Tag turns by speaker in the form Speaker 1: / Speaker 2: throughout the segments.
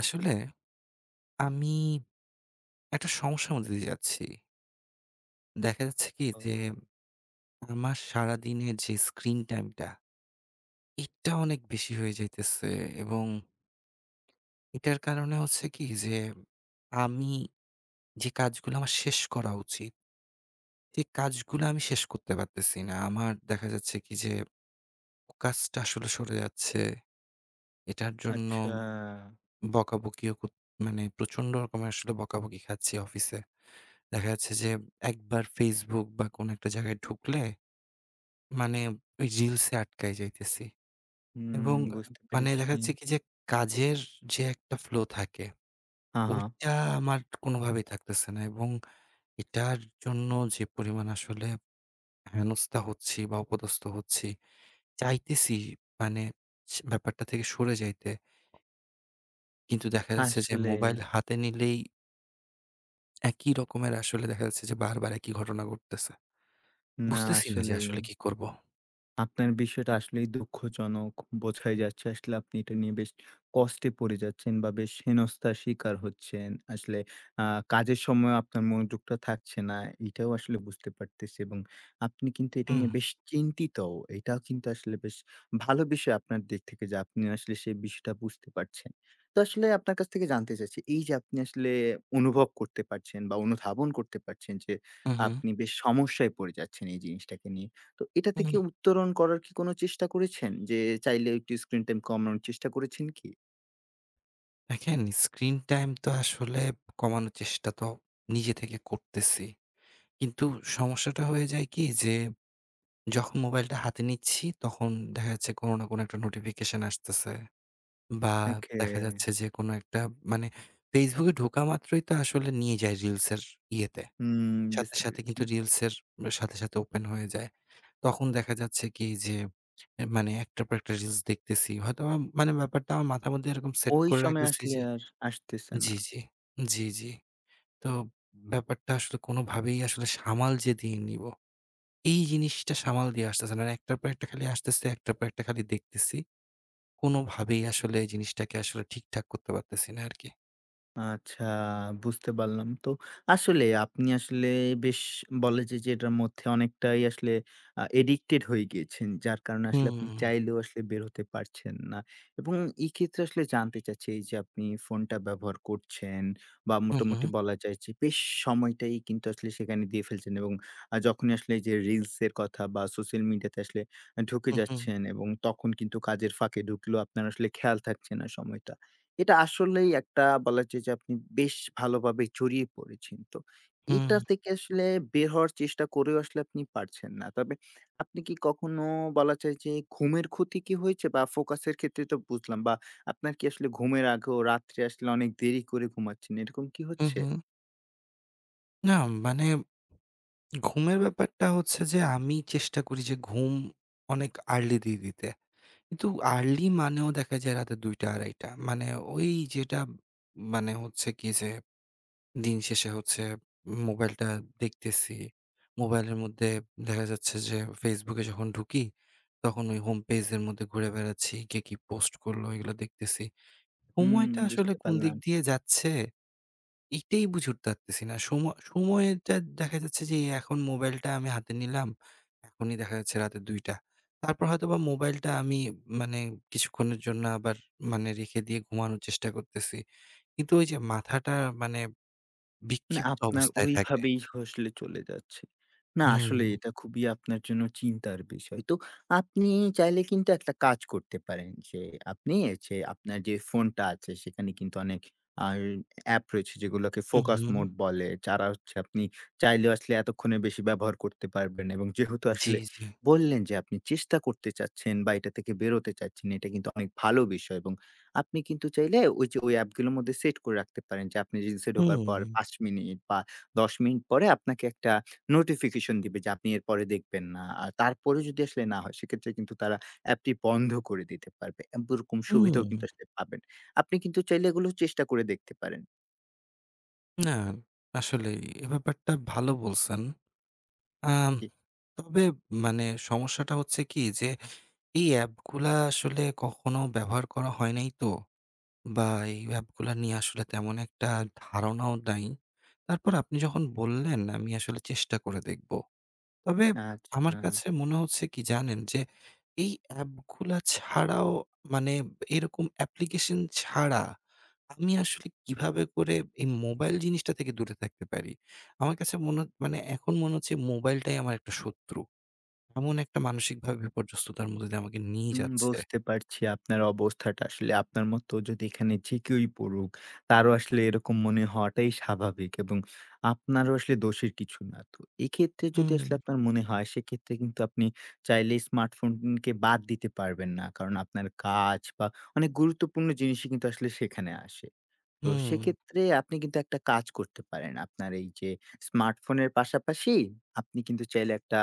Speaker 1: আসলে আমি একটা সমস্যার মধ্যে দিয়ে যাচ্ছি। দেখা যাচ্ছে কি যে
Speaker 2: ও
Speaker 1: আমার সারাদিনের যে স্ক্রিন টাইমটা, এটা অনেক বেশি হয়ে যাইতেছে এবং এটার কারণে হচ্ছে কি যে আমি যে কাজগুলো আমার শেষ করা উচিত, সেই কাজগুলো আমি শেষ করতে পারতেছি না। আমার দেখা যাচ্ছে কি যে ফোকাসটা আসলে সরে যাচ্ছে। এটার জন্য
Speaker 2: আচ্ছা।
Speaker 1: বকাবকিও কর মানে প্রচন্ড রকমের আসলে বকাবকি খাচ্ছি অফিসে। দেখা যাচ্ছে যে একবার Facebook বা কোনো একটা জায়গায় ঢুকলে মানে ওই রিলসে আটকায় যাইতেছি।
Speaker 2: হুম,
Speaker 1: এবং
Speaker 2: বুঝতে
Speaker 1: মানে
Speaker 2: পেরেছি।
Speaker 1: দেখা যাচ্ছে কি যে কাজের যে একটা ফ্লো থাকে,
Speaker 2: হা, হা।
Speaker 1: ওইটা আমার কোনোভাবেই থাকতেছে না। এবং এটার জন্য যে পরিমাণ আসলে হেনস্থা হচ্ছি বা অপদস্থ হচ্ছি, চাইতেছি মানে ব্যাপারটা থেকে সরে যাইতে। কিন্তু দেখা যাচ্ছে যে
Speaker 2: আসলেই।
Speaker 1: মোবাইল হাতে নিলেই একই রকমের আসলে দেখা যাচ্ছে যে বারবার একই ঘটনা ঘটতেছে।
Speaker 2: না,
Speaker 1: বুঝতেছি না যে
Speaker 2: আসলেই।
Speaker 1: আসলে কি করব?
Speaker 2: আপনার বিষয়টা আসলেই দুঃখজনক। বোঝাই যাচ্ছে আসলে আপনি এটা নিয়ে বেশ কষ্টে পড়ে যাচ্ছেন বা বেশ হেনস্থার শিকার হচ্ছেন। আসলে আ কাজের সময় আপনার মনোযোগটা থাকছে না। এটাও আসলে বুঝতে পারতেছি এবং আপনি কিন্তু এটা
Speaker 1: হুম,
Speaker 2: নিয়ে বেশ চিন্তিতও। এটাও কিন্তু আসলে বেশ ভালো বিষয় আপনার দিক থেকে যে আপনি আসলে সেই বিষয়টা বুঝতে পারছেন। তো আসলে আপনার কাছ থেকে জানতে চাচ্ছি, এই যে আপনি আসলে অনুভব করতে পারছেন বা অনুধাবন করতে পারছেন যে
Speaker 1: হু, হু।
Speaker 2: আপনি বেশ সমস্যায় পড়ে যাচ্ছেন এই জিনিসটাকে নিয়ে। তো এটা
Speaker 1: হুম।
Speaker 2: থেকে উত্তরণ করার কি কোনো চেষ্টা করেছেন? যে চাইলে একটু স্ক্রিন টাইম কমানোর চেষ্টা করেছেন কি?
Speaker 1: দেখেন, স্ক্রিন টাইম তো আসলে কমানোর চেষ্টা তো নিজে থেকে করতেছি। কিন্তু সমস্যাটা হয়ে যায় কি যে, যখন মোবাইলটা হাতে নিচ্ছি, তখন দেখা যাচ্ছে কোনো না কোনো একটা নোটিফিকেশন আসতেছে বা
Speaker 2: ওকে।
Speaker 1: দেখা যাচ্ছে যে কোনো একটা মানে Facebook এ ঢোকা মাত্রই তো আসলে নিয়ে যায় রিলসের ইয়েতে।
Speaker 2: হুম,
Speaker 1: সাথে,
Speaker 2: বুঝতে
Speaker 1: সাথে
Speaker 2: পেরেছি।
Speaker 1: কিন্তু রিলসের সাথে, সাথে ওপেন হয়ে যায়। তখন দেখা যাচ্ছে কি যে, মানে একটার পর একটা রিলস দেখতেছি। হয়তোবা মানে ব্যাপারটা আমার মাথার মধ্যে এরকম সেট
Speaker 2: ওই
Speaker 1: করে
Speaker 2: সময়
Speaker 1: রাখতেছি
Speaker 2: আসলে
Speaker 1: যে
Speaker 2: আর আসতেছে
Speaker 1: জি,
Speaker 2: না।
Speaker 1: জি। জি, জি। তো ব্যাপারটা আসলে কোনোভাবেই আসলে সামাল যে দিয়ে নিবো, এই জিনিসটা সামাল দিয়ে আসতেছে না। মানে একটার পর একটা খালি আসতেছে, একটার পর একটা খালি দেখতেছি। কোনোভাবেই আসলে এই জিনিসটাকে আসলে ঠিকঠাক করতে পারতেছি না আরকি।
Speaker 2: আচ্ছা, বুঝতে পারলাম। তো আসলে আপনি আসলে বেশ, বলা যায় যে এটার মধ্যে অনেকটাই আসলে এডিক্টেড হয়ে গিয়েছেন। যার কারণে আসলে আপনি
Speaker 1: হুম,
Speaker 2: চাইলেও আসলে বের হতে পারছেন না। এবং এই ক্ষেত্রে আসলে জানতে চাচ্ছি, এই যে আপনি ফোনটা ব্যবহার করছেন বা
Speaker 1: হু, হু,
Speaker 2: মোটামুটি বলা যায় যে বেশ সময়টাই কিন্তু আসলে সেখানে দিয়ে ফেলছেন এবং যখনই আসলে এই যে রিলস এর কথা বা সোশ্যাল মিডিয়াতে আসলে ঢুকে
Speaker 1: হু, হু,
Speaker 2: যাচ্ছেন এবং তখন কিন্তু কাজের ফাঁকে ঢুকলেও আপনার আসলে খেয়াল থাকছে না সময়টা। এটা আসলেই একটা, বলা যায় যে আপনি বেশ ভালোভাবে জড়িয়ে পড়েছেন। তো
Speaker 1: হুম,
Speaker 2: এটা থেকে আসলে বের হওয়ার চেষ্টা করেও আসলে আপনি পারছেন না। তবে আপনি কি কখনো, বলা যায় যে ঘুমের ক্ষতি কি হয়েছে? বা ফোকাসের ক্ষেত্রে তো বুঝলাম, বা আপনার কি আসলে ঘুমের আগেও রাত্রে আসলে অনেক দেরি করে ঘুমাচ্ছেন, এরকম কি
Speaker 1: হু,
Speaker 2: হচ্ছে?
Speaker 1: হু। না মানে ঘুমের ব্যাপারটা হচ্ছে যে আমি চেষ্টা করি যে ঘুম অনেক আর্লি দিয়ে দিতে। কিন্তু আর্লি মানেও দেখা যায় রাতে ২:০০, ২:৩০। মানে ওই যেটা মানে হচ্ছে কি যে দিন শেষে হচ্ছে মোবাইলটা দেখতেছি। মোবাইলের মধ্যে দেখা যাচ্ছে যে Facebook এ যখন ঢুকি, তখন ওই হোম পেজের মধ্যে ঘুরে বেড়াচ্ছি। কে কি পোস্ট করলো এগুলো দেখতেছি।
Speaker 2: হুম,
Speaker 1: সময়টা আসলে
Speaker 2: বুঝতে
Speaker 1: কোন দিক
Speaker 2: পারলাম।
Speaker 1: দিয়ে যাচ্ছে এইটাই বুঝে উঠতে পারতেছি না। সময়টা দেখা যাচ্ছে যে এখন মোবাইলটা আমি হাতে নিলাম। এখনই দেখা যাচ্ছে রাতে ২:০০। তারপর হয়তোবা মোবাইলটা আমি মানে কিছুক্ষণের জন্য আবার মানে রেখে দিয়ে ঘুমানোর চেষ্টা করতেছি। কিন্তু ওই যে মাথাটা মানে
Speaker 2: মানে
Speaker 1: বিক্ষিপ্ত
Speaker 2: আপনার
Speaker 1: অবস্থায় থাকে।
Speaker 2: ওইভাবেই আসলে চলে যাচ্ছে। না, আসলে
Speaker 1: হুম,
Speaker 2: এটা খুবই আপনার জন্য চিন্তার বিষয়। তো আপনি চাইলে কিন্তু একটা কাজ করতে পারেন যে আপনি, যে আপনার যে ফোনটা আছে সেখানে কিন্তু অনেক আর অ্যাপ রয়েছে যেগুলোকে
Speaker 1: হু,
Speaker 2: ফোকাস
Speaker 1: হুম।
Speaker 2: মোড বলে। যারা হচ্ছে, আপনি চাইলেও আসলে এতক্ষণে বেশি ব্যবহার করতে পারবেন এবং যেহেতু
Speaker 1: জি,
Speaker 2: আসলে
Speaker 1: জি।
Speaker 2: বললেন যে আপনি চেষ্টা করতে চাচ্ছেন বা এটা থেকে বেরোতে চাচ্ছেন, এটা কিন্তু অনেক ভালো বিষয় এবং আপনি কিন্তু চাইলে ওই যে ওই অ্যাপগুলোর মধ্যে সেট করে রাখতে পারেন যে আপনি রিলসে ঢোকার
Speaker 1: হুম,
Speaker 2: পর ৫ মিনিট বা ১০ মিনিট পরে আপনাকে একটা নোটিফিকেশন দিবে যে আপনি এরপরে দেখবেন না। আর তারপরে যদি আসলে না হয় সেক্ষেত্রে কিন্তু তারা অ্যাপটি বন্ধ করে দিতে পারবে। এরকম সুবিধাও
Speaker 1: হুম।
Speaker 2: কিন্তু আসলে পাবেন। আপনি কিন্তু চাইলে এগুলো চেষ্টা করে দেখতে পারেন।
Speaker 1: না, আসলেই এ ব্যাপারটা ভালো বলছেন। আম
Speaker 2: জি,
Speaker 1: তবে মানে সমস্যাটা হচ্ছে কি যে, এই অ্যাপগুলা আসলে কখনো ব্যবহার করা হয় নাই তো বা এই অ্যাপগুলা নিয়ে আসলে তেমন একটা ধারণাও নাই। তারপর আপনি যখন বললেন, আমি আসলে চেষ্টা করে দেখব। তবে আমার
Speaker 2: আচ্ছা।
Speaker 1: কাছে মনে হচ্ছে কি জানেন? যে এই অ্যাপগুলা ছাড়াও মানে এরকম অ্যাপ্লিকেশন ছাড়া আমি আসলে কিভাবে করে এই মোবাইল জিনিসটা থেকে দূরে থাকতে পারি? আমার কাছে মনে হ মানে এখন মনে হচ্ছে মোবাইলটাই আমার একটা শত্রু। এমন একটা মানসিকভাবে বিপর্যস্ততার মধ্যে দিয়ে আমাকে নিয়ে
Speaker 2: হুম,
Speaker 1: যাচ্ছে।
Speaker 2: বুঝতে পারছি আপনার অবস্থাটা। আসলে আপনার মতো যদি এখানে যে কেউই পড়ুক, তারও আসলে এরকম মনে হওয়াটাই স্বাভাবিক এবং আপনারও আসলে দোষের কিছু না। তো এক্ষেত্রে যদি
Speaker 1: হুম,
Speaker 2: আসলে আপনার মনে হয় সেক্ষেত্রে কিন্তু আপনি চাইলে স্মার্টফোনকে বাদ দিতে পারবেন না। কারণ আপনার কাজ বা অনেক গুরুত্বপূর্ণ জিনিসই কিন্তু আসলে সেখানে আসে। তো
Speaker 1: হুম,
Speaker 2: সেক্ষেত্রে আপনি কিন্তু একটা কাজ করতে পারেন। আপনার এই যে স্মার্টফোনের পাশাপাশি আপনি কিন্তু চাইলে একটা,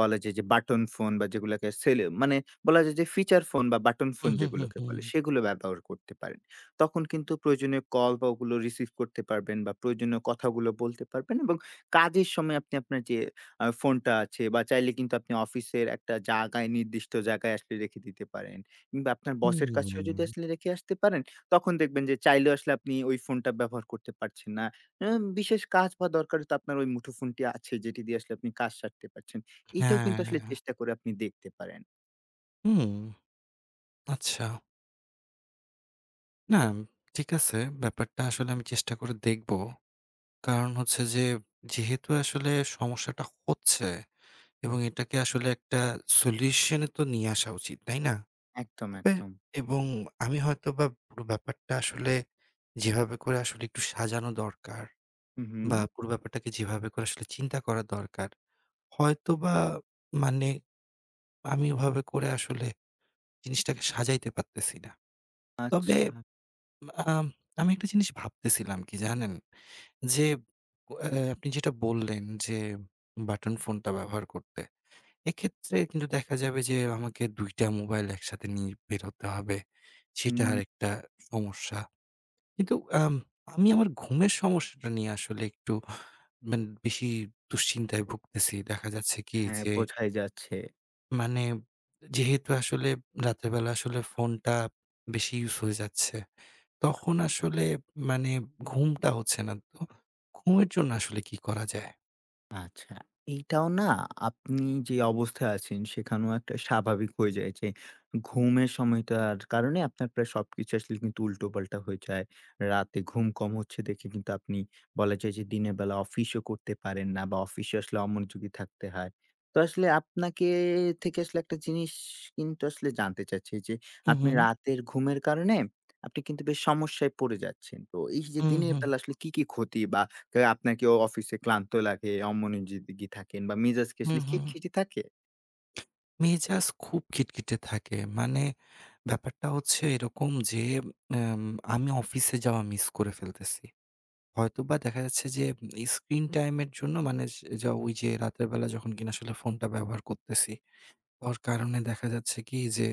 Speaker 2: বলা যায় যে বাটন ফোন বা যেগুলাকে সেল মানে, বলা যায় যে ফিচার ফোন বা বাটন
Speaker 1: হুম,
Speaker 2: ফোন
Speaker 1: হুম, হুম,
Speaker 2: যেগুলোকে
Speaker 1: হুম,
Speaker 2: বলে, সেগুলো ব্যবহার করতে পারেন। তখন কিন্তু প্রয়োজনীয় কল বা ওগুলো রিসিভ করতে পারবেন বা প্রয়োজনীয় কথাগুলো বলতে পারবেন এবং কাজের সময় আপনি আপনার যে ফোনটা আছে বা চাইলে কিন্তু আপনি অফিসের একটা জায়গায় নির্দিষ্ট জায়গায় আসলে রেখে দিতে পারেন। কিংবা আপনার বসের কাছেও
Speaker 1: হুম,
Speaker 2: যদি আসলে রেখে আসতে পারেন তখন দেখবেন যে চাইলেও আসলে আপনি ওই ফোনটা ব্যবহার করতে পারছেন না। আ বিশেষ কাজ বা দরকারে তো আপনার ওই মুঠোফোনটি আছে যেটি দিয়ে আসলে আপনি কাজ সারতে পারছেন। এটাও কিন্তু আসলে
Speaker 1: হ্যাঁ,
Speaker 2: চেষ্টা করে আপনি দেখতে পারেন।
Speaker 1: হুম, আচ্ছা। না, ঠিক আছে, ব্যাপারটা আসলে আমি চেষ্টা করে দেখব। কারণ হচ্ছে যে, যেহেতু আসলে সমস্যাটা হচ্ছে এবং এটাকে আসলে একটা সলিউশন এ তো নিয়ে আসা উচিত, তাই না?
Speaker 2: একদম,
Speaker 1: তবে
Speaker 2: একদম।
Speaker 1: এবং আমি হয়তোবা পুরো ব্যাপারটা আসলে যেভাবে করে আসলে একটু সাজানো দরকার
Speaker 2: হু, হু।
Speaker 1: বা পুরো ব্যাপারটাকে যেভাবে করে আসলে চিন্তা করা দরকার, হয়তোবা মানে আমি ওভাবে করে আসলে জিনিসটাকে সাজাইতে পারতেছি না। তবে
Speaker 2: আচ্ছা।
Speaker 1: আম আমি একটা জিনিস ভাবতেছিলাম কি জানেন? যে অ্যা আপনি যেটা বললেন যে বাটন ফোনটা ব্যবহার করতে। এক্ষেত্রে কিন্তু দেখা যাবে যে আমাকে ২ টা মোবাইল একসাথে নিয়ে বের হতে হবে। সেটা
Speaker 2: হুম,
Speaker 1: আরেকটা সমস্যা। কিন্তু আম আমি আমার ঘুমের সমস্যাটা নিয়ে আসলে একটু মানে বেশি দুশ্চিন্তায় ভুগতেছি। দেখা যাচ্ছে কি
Speaker 2: হ্যাঁ,
Speaker 1: যে
Speaker 2: বোঝাই যাচ্ছে।
Speaker 1: মানে যেহেতু আসলে রাতের বেলা আসলে ফোনটা বেশি ইউজ হয়ে যাচ্ছে। তখন আসলে মানে ঘুমটা হচ্ছে না তো। ঘুমের জন্য আসলে কি করা যায়?
Speaker 2: আচ্ছা, এইটাও না, আপনি যে অবস্থায় আছেন সেখানেও একটা স্বাভাবিক হয়ে যায় যে ঘুমের সময়টার কারণে আপনার প্রায় সবকিছু আসলে কিন্তু উল্টোপাল্টা হয়ে যায়। রাতে ঘুম কম হচ্ছে দেখে কিন্তু আপনি, বলা যায় যে দিনের বেলা অফিসও করতে পারেন না বা অফিসে আসলে অমনোযোগী থাকতে হয়। তো আসলে আপনাকে থেকে আসলে একটা জিনিস কিন্তু আসলে জানতে চাচ্ছি যে
Speaker 1: হু,
Speaker 2: আপনি
Speaker 1: হু,
Speaker 2: রাতের ঘুমের কারণে আপনি কিন্তু বেশ সমস্যায় পড়ে যাচ্ছেন। তো এই যে
Speaker 1: হু,
Speaker 2: দিনের
Speaker 1: হু,
Speaker 2: বেলা আসলে কি, কি ক্ষতি বা কে, আপনার কি অফিসে ক্লান্ত লাগে, অমনোযোগী থাকেন বা মেজাজ কি
Speaker 1: হু,
Speaker 2: আসলে
Speaker 1: হু।
Speaker 2: খিটখিটে থাকে?
Speaker 1: মেজাজ খুব খিটখিটে থাকে। মানে ব্যাপারটা হচ্ছে এরকম যে আম আমি অফিসে যাওয়া মিস করে ফেলতেছি। হয়তোবা দেখা যাচ্ছে যে স্ক্রিন টাইম এর জন্য মানে স যা ওই যে রাতের বেলা যখন কিনা আসলে ফোনটা ব্যবহার করতেছি। হওয়ার কারণে দেখা যাচ্ছে কি যে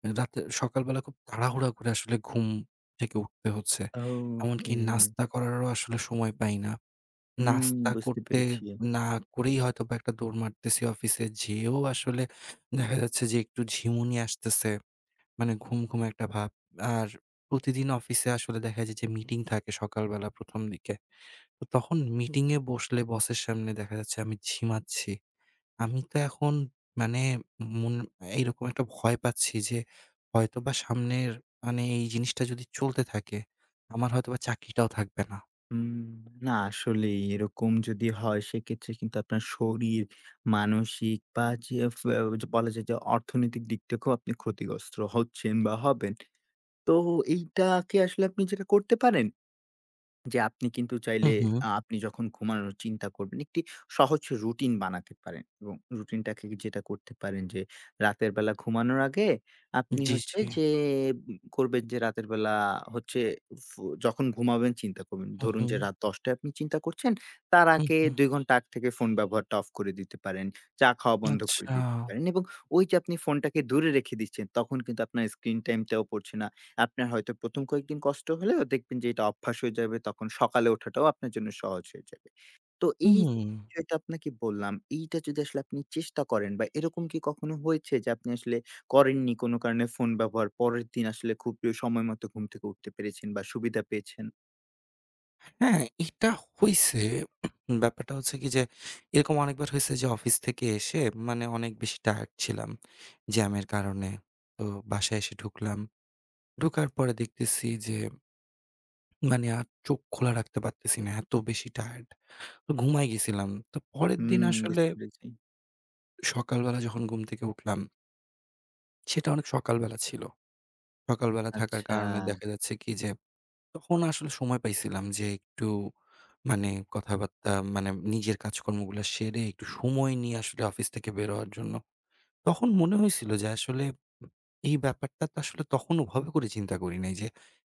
Speaker 1: মানে রাতে সকালবেলা খুব তাড়াহুড়া করে আসলে ঘুম থেকে উঠতে হচ্ছে। এমনকি
Speaker 2: ওকে।
Speaker 1: নাস্তা করারও আসলে সময় পাই না।
Speaker 2: হুম,
Speaker 1: নাস্তা
Speaker 2: বুঝতে
Speaker 1: করতে
Speaker 2: পেরেছি।
Speaker 1: না করেই হয়তোবা একটা দৌড় মারতেছি অফিসে যেয়েও আসলে দেখা যাচ্ছে যে একটু ঝিমুনি আসতেছে। মানে ঘুম, ঘুম একটা ভাব। আর প্রতিদিন অফিসে আসলে দেখা যায় যে মিটিং থাকে সকালবেলা ১ম দিকে। তো তখন মিটিং এ বসলে বসের সামনে দেখা যাচ্ছে আমি ঝিমাচ্ছি। আমি তো এখন মানে মন এইরকম একটা ভয় পাচ্ছি যে হয়তোবা সামনের মানে এই জিনিসটা যদি চলতে থাকে, আমার হয়তোবা চাকরিটাও থাকবে না।
Speaker 2: হুম, না আসলেই এরকম যদি হয় সেক্ষেত্রে কিন্তু আপনার শরীর, মানসিক বা যে যে বলা যায় যে অর্থনৈতিক দিক থেকেও আপনি ক্ষতিগ্রস্ত হচ্ছেন বা হবেন। তো এইটা কি আসলে আপনি যেটা করতে পারেন যে আপনি কিন্তু
Speaker 1: হু,
Speaker 2: চাইলে
Speaker 1: হু।
Speaker 2: আ আপনি যখন ঘুমানোর চিন্তা করবেন, একটি সহজ রুটিন বানাতে পারেন এবং রুটিনটাকে, যেটা করতে পারেন যে রাতের বেলা ঘুমানোর আগে আপনি
Speaker 1: জি,
Speaker 2: হচ্ছে
Speaker 1: জি।
Speaker 2: যে করবেন যে রাতের বেলা হচ্ছে যখন ঘুমাবেন চিন্তা করবেন।
Speaker 1: হু,
Speaker 2: ধরুন
Speaker 1: হু,
Speaker 2: যে রাত ১০ টায় আপনি চিন্তা করছেন, তার
Speaker 1: হু,
Speaker 2: আগে
Speaker 1: হু।
Speaker 2: ২ ঘন্টা আগ থেকে ফোন ব্যবহারটা অফ করে দিতে পারেন। চা খাওয়া বন্ধ করে
Speaker 1: আচ্ছা।
Speaker 2: দিতে পারেন এবং ওই যে আপনি ফোনটাকে দূরে রেখে দিচ্ছেন, তখন কিন্তু আপনার স্ক্রিন টাইমটাও পড়ছে না। আপনার হয়তো ১ম কয়েকদিন কষ্ট হলেও দেখবেন যে এটা অভ্যাস হয়ে যাবে। তখন সকালে ওঠাটাও আপনার জন্য সহজ হয়ে যাবে। তো এই যে
Speaker 1: হুম।
Speaker 2: বিষয়টা আপনাকে বললাম, এইটা যদি আসলে আপনি চেষ্টা করেন, বা এরকম কি কখনো হয়েছে যে আপনি আসলে করেননি কোনো কারণে ফোন ব্যবহার, পরের দিন আসলে খুব সময় মতো ঘুম থেকে উঠতে পেরেছেন বা সুবিধা পেয়েছেন?
Speaker 1: হ্যাঁ, এটা হইছে। ব্যাপারটা হচ্ছে কি যে এরকম অনেকবার হইছে যে অফিস থেকে এসে মানে অনেক বেশি টায়ার্ড ছিলাম জ্যামের কারণে। তো বাসায় এসে ঢুকলাম। ঢোকার পরে দেখতেছি যে মানে আর চোখ খোলা রাখতে পারতেছি না। এত বেশি টায়ার্ড। তো ঘুমায় গেছিলাম। তো পরের দিন
Speaker 2: হুম,
Speaker 1: আসলে
Speaker 2: বুঝতে পেরেছি।
Speaker 1: সকালবেলা যখন ঘুম থেকে উঠলাম, সেটা অনেক সকালবেলা ছিল। সকালবেলা থাকার
Speaker 2: আচ্ছা,
Speaker 1: কারণে দেখা যাচ্ছে কি যে, তখন আসলে সময় পাইছিলাম যে একটু মানে কথাবার্তা মানে নিজের কাজকর্মগুলা সেরে একটু সময় নিয়ে আসলে অফিস থেকে বের হওয়ার জন্য। তখন মনে হয়েছিল যে আসলে এই ব্যাপারটা তো আসলে তখন ওভাবে করে চিন্তা করি নাই যে,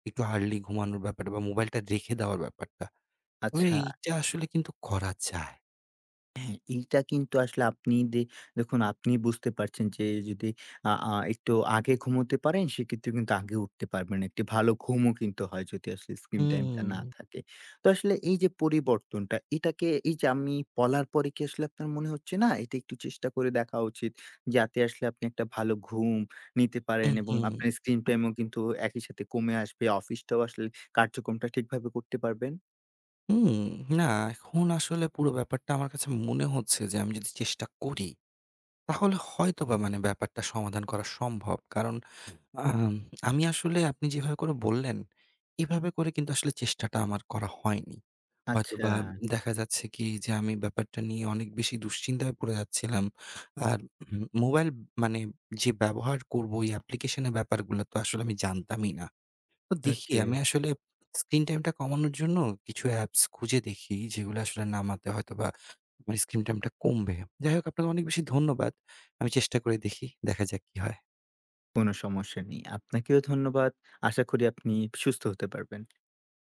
Speaker 1: একটু আর্লি ঘুমানোর ব্যাপারটা বা মোবাইলটা রেখে দেওয়ার ব্যাপারটা। তবে
Speaker 2: আচ্ছা।
Speaker 1: এইটা আসলে কিন্তু করা যায়।
Speaker 2: এইটা কিন্তু আসলে আপনি দেখুন, আপনি বুঝতে পারছেন যে যদি আ আ একটু আগে ঘুমোতে পারেন সেক্ষেত্রে কিন্তু আগে উঠতে পারবেন। একটি ভালো ঘুমও কিন্তু হয় যদি আসলে স্ক্রিন টাইমটা
Speaker 1: হুম।
Speaker 2: না থাকে। তো আসলে এই যে পরিবর্তনটা এটাকে, এই যে আমি বলার পরে কি আসলে আপনার মনে হচ্ছে না এটা একটু চেষ্টা করে দেখা উচিত, যাতে আসলে আপনি একটা ভালো ঘুম নিতে পারেন
Speaker 1: হুম,
Speaker 2: এবং
Speaker 1: হুম,
Speaker 2: আপনার স্ক্রিন টাইমও কিন্তু একই সাথে কমে আসবে। অফিসটাও আসলে কার্যক্রমটা ঠিকভাবে করতে পারবেন?
Speaker 1: হুম। না, এখন আসলে পুরো ব্যাপারটা আমার কাছে মনে হচ্ছে যে আমি যদি চেষ্টা করি, তাহলে হয়তোবা মানে ব্যাপারটা সমাধান করা সম্ভব। কারণ আম আমি আসলে আপনি যেভাবে করে বললেন, এভাবে করে কিন্তু আসলে চেষ্টাটা আমার করা হয়নি।
Speaker 2: আচ্ছা,
Speaker 1: হয়তোবা দেখা যাচ্ছে কি যে আমি ব্যাপারটা নিয়ে অনেক বেশি দুশ্চিন্তায় পড়ে যাচ্ছিলাম। আর মোবাইল মানে যে ব্যবহার করব ওই অ্যাপ্লিকেশন এর ব্যাপারগুলো তো আসলে আমি জানতামই না। তো দেখি
Speaker 2: ওকে।
Speaker 1: আমি আসলে স্ক্রিন টাইমটা কমানোর জন্য কিছু অ্যাপস খুঁজে দেখি, যেগুলো আসলে নামাতে হয়তোবা আমার স্ক্রিন টাইমটা কমবে। যাই হোক আপনাকে অনেক বেশি ধন্যবাদ। আমি চেষ্টা করে দেখি, দেখা যাক কি হয়।
Speaker 2: কোনো সমস্যা নেই। আপনাকেও ধন্যবাদ। আশা করি আপনি সুস্থ হতে পারবেন।